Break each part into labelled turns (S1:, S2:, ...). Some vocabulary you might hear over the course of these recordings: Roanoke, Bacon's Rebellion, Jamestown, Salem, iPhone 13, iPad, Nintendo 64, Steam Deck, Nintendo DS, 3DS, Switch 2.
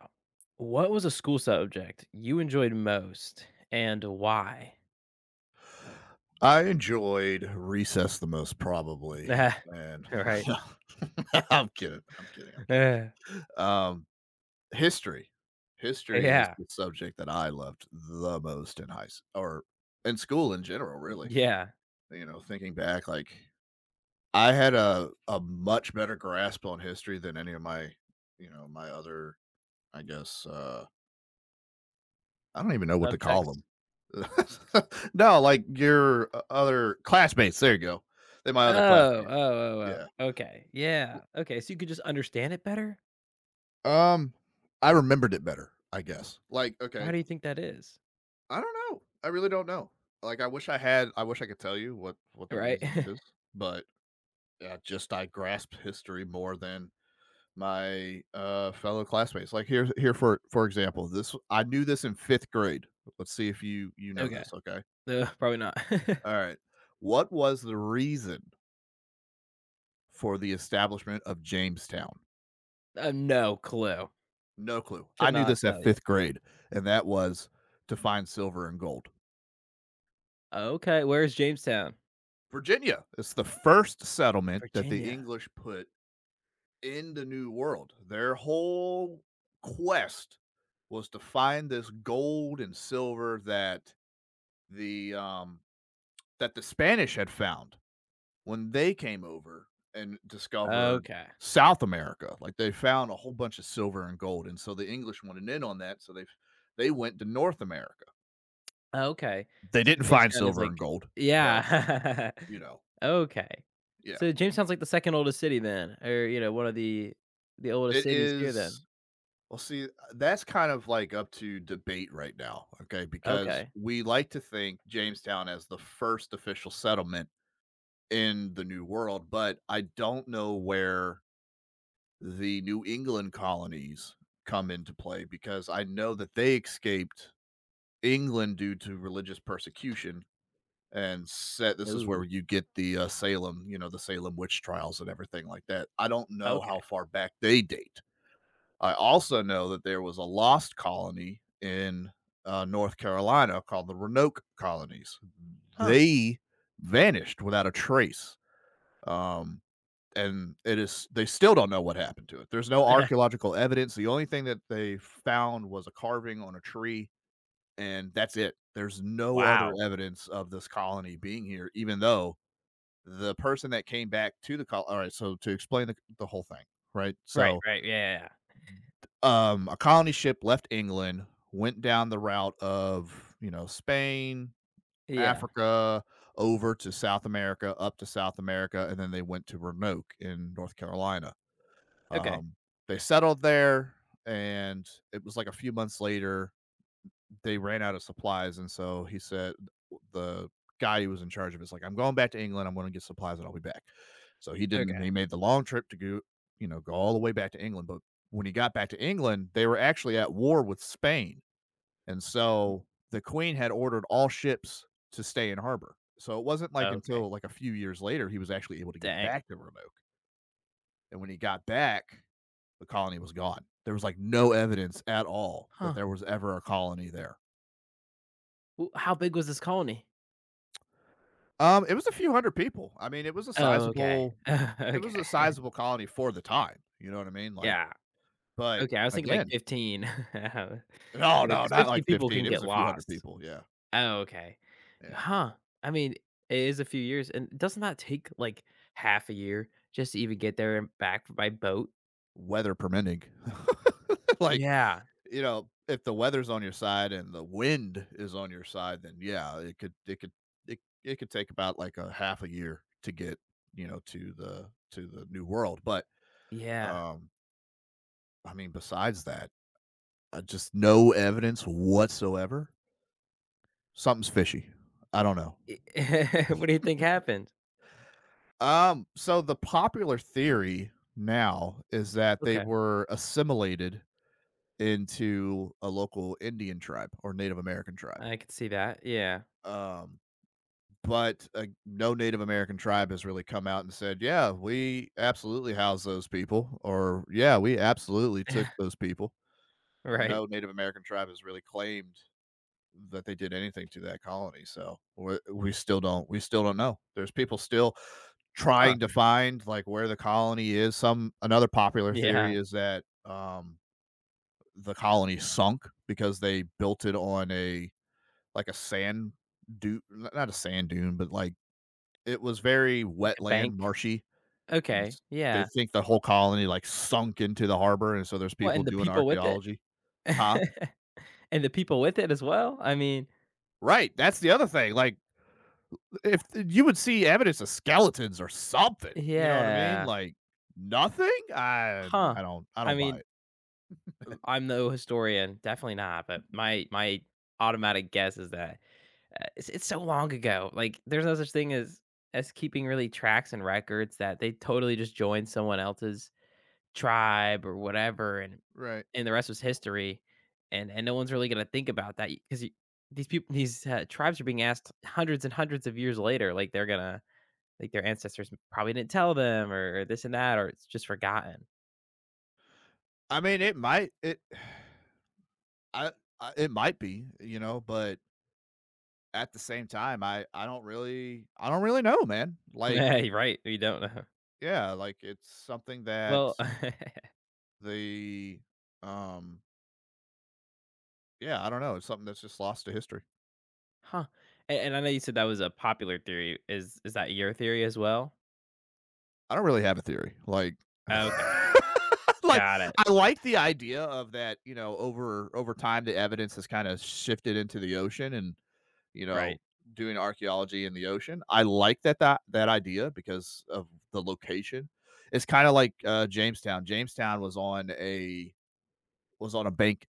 S1: Wow. What was a school subject you enjoyed most and why?
S2: I enjoyed recess the most probably,
S1: Ah,
S2: and
S1: All right.
S2: no, I'm kidding, I'm kidding, I'm kidding.
S1: Yeah.
S2: Um, History. History is
S1: Yeah.
S2: the subject that I loved the most in high s or in school in general, really.
S1: Yeah.
S2: You know, thinking back, like, I had a much better grasp on history than any of my other, I guess, I don't even know what to call
S1: Subjects.
S2: them. No, like your other classmates. There you go. They're my
S1: Oh,
S2: other
S1: oh,
S2: classmates.
S1: oh,
S2: Yeah.
S1: oh. Okay. Yeah. Okay. So you could just understand it better?
S2: Um, I remembered it better, I guess. Like,
S1: Why
S2: okay,
S1: do you think that is?
S2: I don't know. I really don't know. Like, I wish I had. I wish I could tell you what the
S1: Right?
S2: reason is, but just I grasp history more than my fellow classmates. Like here for example, this I knew this in fifth grade. Let's see if you know
S1: Okay.
S2: this. Okay.
S1: No, probably not.
S2: All right. What was the reason for the establishment of Jamestown?
S1: No clue.
S2: No clue.
S1: Could
S2: I knew this
S1: not
S2: at
S1: tell you.
S2: fifth grade, and that was to find silver and gold.
S1: Okay. Where's Jamestown?
S2: Virginia is the first settlement that the
S1: Virginia.
S2: English put in the New World. Their whole quest was to find this gold and silver that the um, the Spanish had found when they came over and discovered
S1: Okay.
S2: South America. Like, they found a whole bunch of silver and gold, and so the English wanted in on that, so they went to North America.
S1: Oh, okay.
S2: They
S1: So
S2: didn't find
S1: Jamestown is
S2: silver and
S1: like,
S2: gold, but,
S1: yeah.
S2: you know,
S1: Okay.
S2: yeah.
S1: So Jamestown's like the 2nd oldest city then, or, you know, one of the oldest
S2: It
S1: cities here
S2: is
S1: then.
S2: Well, see, that's kind of, like, up to debate right now, okay, because
S1: Okay.
S2: we like to think Jamestown as the first official settlement in the New World, but I don't know where the New England colonies come into play because I know that they escaped England due to religious persecution, and set this is
S1: Ooh,
S2: where you get the Salem witch trials and everything like that. I don't know
S1: okay.
S2: how far back they date. I also know that there was a lost colony in North Carolina called the Roanoke colonies.
S1: Huh.
S2: They vanished without a trace. Um, and it is they still don't know what happened to it. There's no archaeological evidence. The only thing that they found was a carving on a tree, and that's it. There's no other
S1: Wow.
S2: evidence of this colony being here, even though the person that came back to the col. All right, so to explain the whole thing, right?
S1: Right,
S2: So,
S1: right, yeah.
S2: a colony ship left England, went down the route of Spain,
S1: Yeah. Yeah. Yeah.
S2: Africa, over to South America, up to South America, and then they went to Roanoke in North Carolina.
S1: Okay,
S2: Um, they settled there, and it was like a few months later they ran out of supplies, and so he said the guy who was in charge of it's like, "I'm going back to England. I'm going to get supplies, and I'll be back." So he didn't.
S1: okay.
S2: He made the long trip to go all the way back to England. But when he got back to England, they were actually at war with Spain, and so the Queen had ordered all ships to stay in harbor. So it wasn't like
S1: Okay.
S2: until like a few years later he was actually able to get
S1: Dang.
S2: back to Rome. And when he got back, the colony was gone. There was like no evidence at all that
S1: Huh.
S2: there was ever a colony there.
S1: W how big was this colony?
S2: It was a few hundred people. I mean, it was a
S1: Oh, okay.
S2: sizable, it was
S1: Okay.
S2: a sizable colony for the time. You know what I mean? Like,
S1: Yeah.
S2: but
S1: Okay, I was thinking like
S2: again,
S1: 15.
S2: no,
S1: You know,
S2: no,
S1: because
S2: not
S1: 15
S2: like
S1: people
S2: 15.
S1: can
S2: It was
S1: get
S2: a few hundred
S1: lost.
S2: people. Yeah,
S1: Oh, okay.
S2: yeah.
S1: Huh. I mean, it is a few years, and doesn't that take like half a year just to even get there and back by boat?
S2: Weather permitting. Like,
S1: Yeah,
S2: you know, if the weather's on your side and the wind is on your side, then yeah, it could take about like a half a year to get, you know, to the New World. But,
S1: yeah.
S2: um, I mean, besides that, just no evidence whatsoever. Something's fishy. I don't know.
S1: What do you think happened?
S2: So the popular theory now is that they
S1: Okay,
S2: were assimilated into a local Indian tribe or Native American tribe.
S1: I could see that, yeah.
S2: Um, but no Native American tribe has really come out and said, "Yeah, we absolutely house those people," or "Yeah, we absolutely took those people."
S1: Right.
S2: No Native American tribe has really claimed that they did anything to that colony. So we still don't know. There's people still
S1: Huh,
S2: trying to find like where the colony is. Some another popular
S1: yeah,
S2: theory is that the colony sunk because they built it on a sand dune, not a sand dune, but like it was very
S1: like a bank.
S2: wetland, marshy, and
S1: Okay,
S2: s they
S1: yeah.
S2: think the whole colony, like, sunk into the harbor, and so there's
S1: Well,
S2: people
S1: and the
S2: doing
S1: people with it?
S2: archaeology. Huh?
S1: And the people with it as well? I mean,
S2: Right, that's the other thing, like, if you would see evidence of skeletons or something, you know what I mean?
S1: yeah.
S2: Like, nothing? I
S1: Huh.
S2: I don't I
S1: I
S2: don't buy
S1: mean,
S2: it.
S1: I'm no historian, definitely not, but my automatic guess is that it's so long ago. Like, there's no such thing as keeping really tracks and records, that they totally just joined someone else's tribe or whatever, and
S2: Right.
S1: and the rest was history. And no one's really gonna think about that because these people, these tribes are being asked hundreds and hundreds of years later. Like they're gonna, like their ancestors probably didn't tell them or this and that, or it's just forgotten.
S2: I mean, it might it I, I it might be, you know, but at the same time, I don't really know, man. Like,
S1: Yeah, you're right. We don't know.
S2: yeah, like it's something that
S1: Well,
S2: the um yeah, I don't know. It's something that's just lost to history.
S1: huh? And I know you said that was a popular theory. Is that your theory as well?
S2: I don't really have a theory. Like
S1: Okay.
S2: like
S1: Got it,
S2: I like the idea of that, you know, over time the evidence has kind of shifted into the ocean, and you
S1: right.
S2: know, doing archaeology in the ocean. I like that idea because of the location. It's kind of like Jamestown. Jamestown was on a bank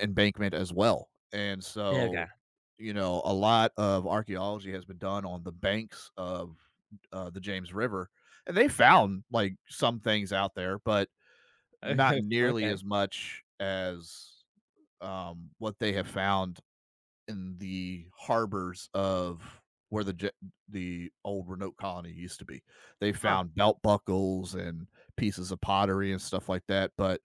S2: embankment as well, and
S1: Okay.
S2: so you know a lot of archaeology has been done on the banks of the James River, and they found like some things out there, but not
S1: Okay,
S2: nearly
S1: okay.
S2: as much as what they have found in the harbors of where the old Renault colony used to be. They
S1: Huh,
S2: found belt buckles and pieces of pottery and stuff like that, but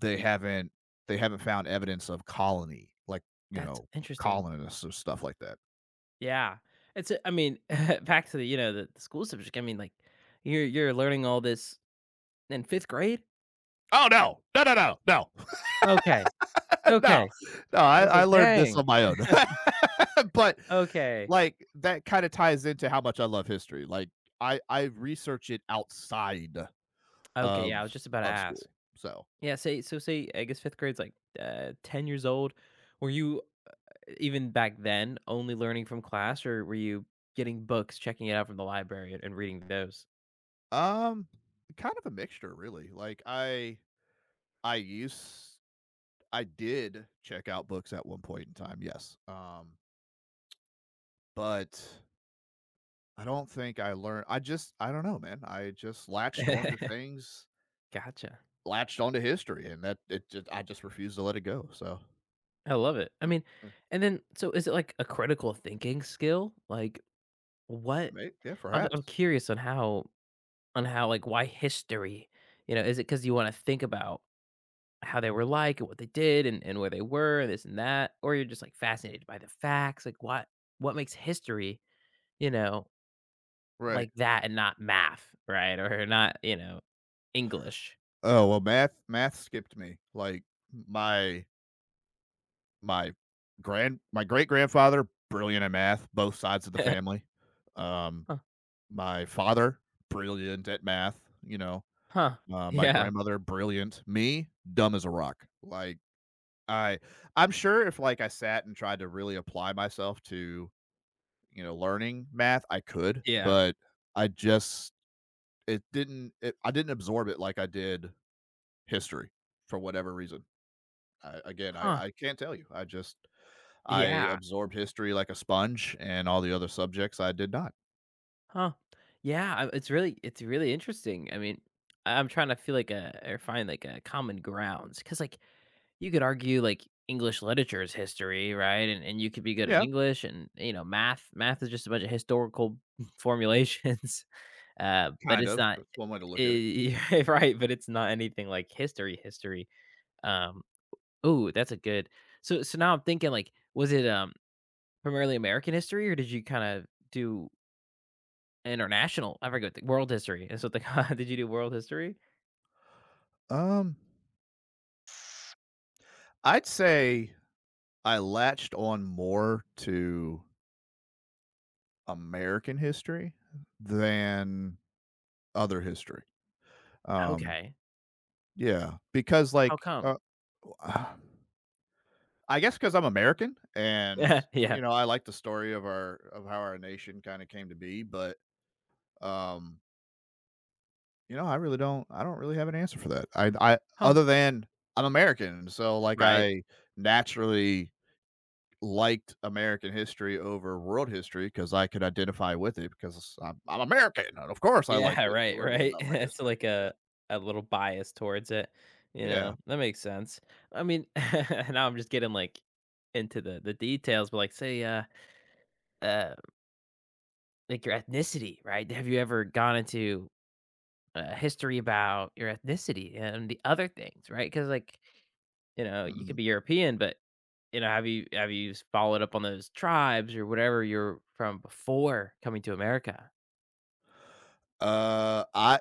S2: they haven't they haven't found evidence of colony, like, you
S1: that's
S2: know,
S1: interesting.
S2: colonists or stuff like that.
S1: Yeah. It's, I mean, back to the, you know, the school subject. I mean, like, you're learning all this in 5th grade?
S2: Oh, no. No, no, no, no.
S1: Okay, okay.
S2: No. No,
S1: I
S2: I
S1: was
S2: I
S1: like,
S2: learned this
S1: "Dang,
S2: on my own. But,
S1: okay."
S2: like, that kinda ties into how much I love history. Like, I research it outside
S1: Okay, yeah, I
S2: of
S1: was just about to
S2: of
S1: ask.
S2: school, so,
S1: Yeah, say, I guess 5th grade's, like, 10 years old. Were you, even back then, only learning from class, or were you getting books, checking it out from the library, and reading those?
S2: Um, kind of a mixture, really. Like I used I did check out books at one point in time, yes. But I don't think I learned. I don't know, man. I just latched onto things,
S1: Gotcha.
S2: latched onto history, and that it just I just refused to let it go. So
S1: I love it. I mean,
S2: yeah,
S1: and then, so, is it like a critical thinking skill? Like what?
S2: may yeah,
S1: I'm
S2: perhaps.
S1: curious on how, like, why history? You know, is it because you want to think about how they were like, and what they did and where they were and this and that, or you're just like fascinated by the facts? Like what makes history? You know,
S2: Right.
S1: like, that, and not math, right? Or not English?
S2: Oh well, math skipped me. Like my my my great grandfather, brilliant at math, both sides of the family. Um
S1: Huh?
S2: My father, brilliant at math,
S1: Huh?
S2: my
S1: Yeah.
S2: grandmother, brilliant. Me, dumb as a rock. Like I I'm sure if like I sat and tried to really apply myself to, you know, learning math, I could,
S1: Yeah.
S2: but I just I didn't absorb it like I did history for whatever reason. I, again,
S1: Huh?
S2: I can't tell you. I
S1: Yeah.
S2: absorbed history like a sponge, and all the other subjects I did not.
S1: Huh. Yeah, I it's really interesting. I mean, I'm trying to feel like a or find like a common grounds because, like, you could argue, like, English literature is history, right? And you could be good at
S2: Yeah,
S1: English, and, you know, math is just a bunch of historical formulations, but
S2: kind
S1: it's
S2: of.
S1: not
S2: That's one way to look at it.
S1: eh right, but it's not anything like history, history. Um, ooh, that's a good so now I'm thinking, like, was it, primarily American history, or did you kinda do international? I forget the world history, and so it's like, "Did you do world history?
S2: Um I'd say I latched on more to American history than other history. Um,
S1: Okay.
S2: yeah, because,
S1: How
S2: like,
S1: come?"
S2: uh, I guess because 'cause I'm American, and,
S1: Yeah. Yeah.
S2: you know, I like the story of our of how our nation kinda came to be, but, um, I really don't I don't really have an answer for that. I
S1: "Huh."
S2: other than I'm American, and so, like,
S1: Right.
S2: I naturally liked American history over world history because I could identify with it because I'm American. And of course, I
S1: Yeah,
S2: liked it
S1: right,
S2: learning
S1: right.
S2: about my
S1: It's
S2: history.
S1: like a little bias towards it, you
S2: Yeah. Yeah.
S1: know? That makes sense. I mean, now I'm just getting, like, into the details, but, like, say, uh, like, your ethnicity, right? Have you ever gone into, history about your ethnicity and the other things, right? Because, like, you could
S2: Mhm.
S1: be European, but, have you followed up on those tribes or whatever you're from before coming to America?
S2: Uh, I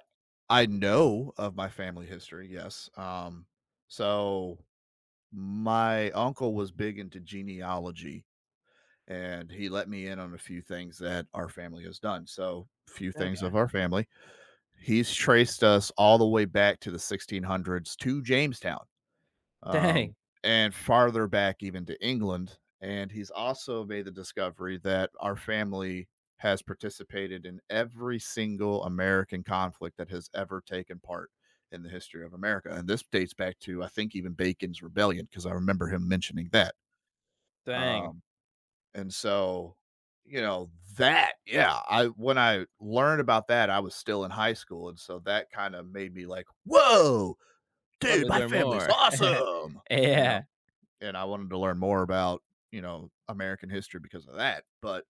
S2: I know of my family history. Yes. So my uncle was big into genealogy, and he let me in on a few things that our family has done. So few things
S1: Okay.
S2: of our family. He's traced us all the way back to the 1600s to Jamestown, um,
S1: Dang,
S2: and farther back even to England. And he's also made the discovery that our family has participated in every single American conflict that has ever taken part in the history of America. And this dates back to, I think, even Bacon's Rebellion, because I remember him mentioning that.
S1: dang.
S2: Um, and so, you know, that, yeah, I when I learned about that, I was still in high school. And so that kind of made me like, whoa,
S1: Let
S2: dude,
S1: me
S2: my
S1: learn
S2: family's
S1: more.
S2: awesome. You
S1: Yeah.
S2: know, and I wanted to learn more about American history because of that. But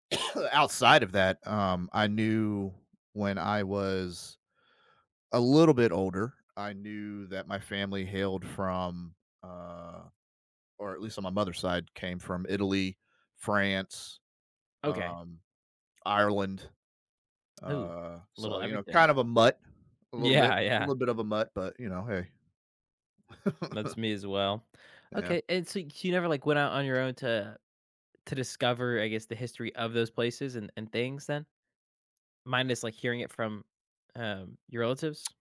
S2: outside of that, I knew when I was a little bit older, I knew that my family hailed from, uh, or at least on my mother's side, came from Italy, France,
S1: Okay.
S2: um, Ireland.
S1: Ooh, little
S2: So you know,
S1: everything.
S2: kind of a mutt, a little bit,
S1: Yeah,
S2: a
S1: yeah.
S2: little bit of a mutt, but you know, hey,
S1: That's me as well.
S2: yeah.
S1: Okay. And so you never, like, went out on your own to discover, I guess, the history of those places and things then? Minus, like, hearing it from your relatives?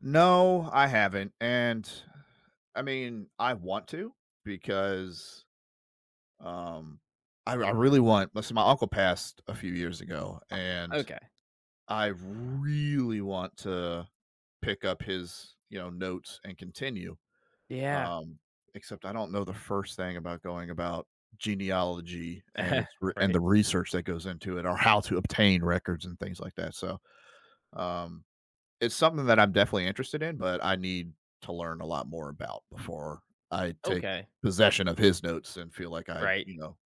S2: No, I haven't, and I mean, I want to because, um, I really want listen, my uncle passed a few years ago, and
S1: Okay.
S2: I really want to pick up his notes and continue,
S1: Yeah.
S2: um, except I don't know the first thing about going about genealogy and its re and
S1: Right.
S2: the research that goes into it or how to obtain records and things like that, so, um it's something that I'm definitely interested in, but I need to learn a lot more about before I take
S1: Okay.
S2: possession of his notes and feel like I,
S1: Right.
S2: you know,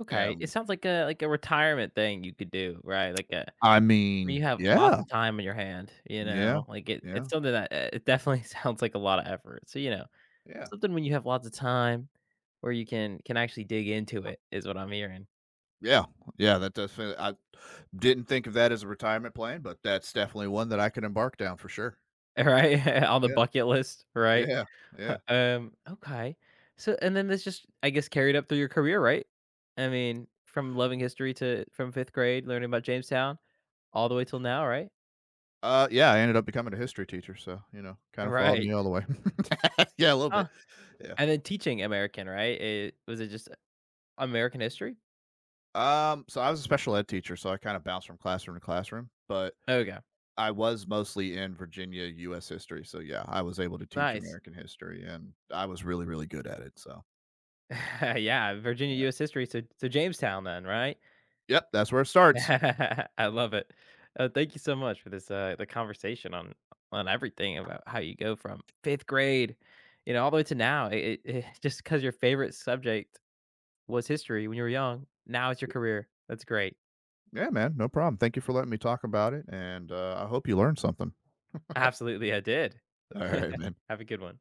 S1: Okay, it
S2: am,
S1: sounds like a retirement thing you could do, right? Like a
S2: I
S1: Where you
S2: mean,
S1: have lots
S2: yeah.
S1: of time in your hand, you
S2: Yeah.
S1: know? Like, it's
S2: Yeah.
S1: something that, it definitely sounds like a lot of effort. So,
S2: Yeah.
S1: something when you have lots of time where you can actually dig into it is what I'm hearing,
S2: Yeah. Yeah. that does fit. I didn't think of that as a retirement plan, but that's definitely one that I could embark down for sure.
S1: right? On the
S2: Yeah.
S1: bucket list, right?
S2: Yeah. Yeah.
S1: Okay. So, and then this just, I guess, carried up through your career, right? I mean, from loving history to from 5th grade, learning about Jamestown, all the way till now, right?
S2: Yeah, I ended up becoming a history teacher, so, you know, kind of followed me
S1: Right.
S2: all the way. Yeah, a little bit. Yeah.
S1: And then teaching American, right? It just American history?
S2: So I was a special ed teacher, so I kind of bounced from classroom to classroom, but
S1: Okay.
S2: I was mostly in Virginia US history. So yeah, I was able to teach
S1: Nice.
S2: American history, and I was really, really good at it. So
S1: Yeah, Virginia
S2: yeah.
S1: US history, so Jamestown then, right?
S2: Yep, that's where it starts.
S1: I love it. Thank you so much for this the conversation on everything about how you go from 5th grade, all the way to now. Just cuz your favorite subject was history when you were young, now it's your career. That's great.
S2: Yeah, man, no problem. Thank you for letting me talk about it. And I hope you learned something.
S1: Absolutely, I did.
S2: All right, man.
S1: Have a good one.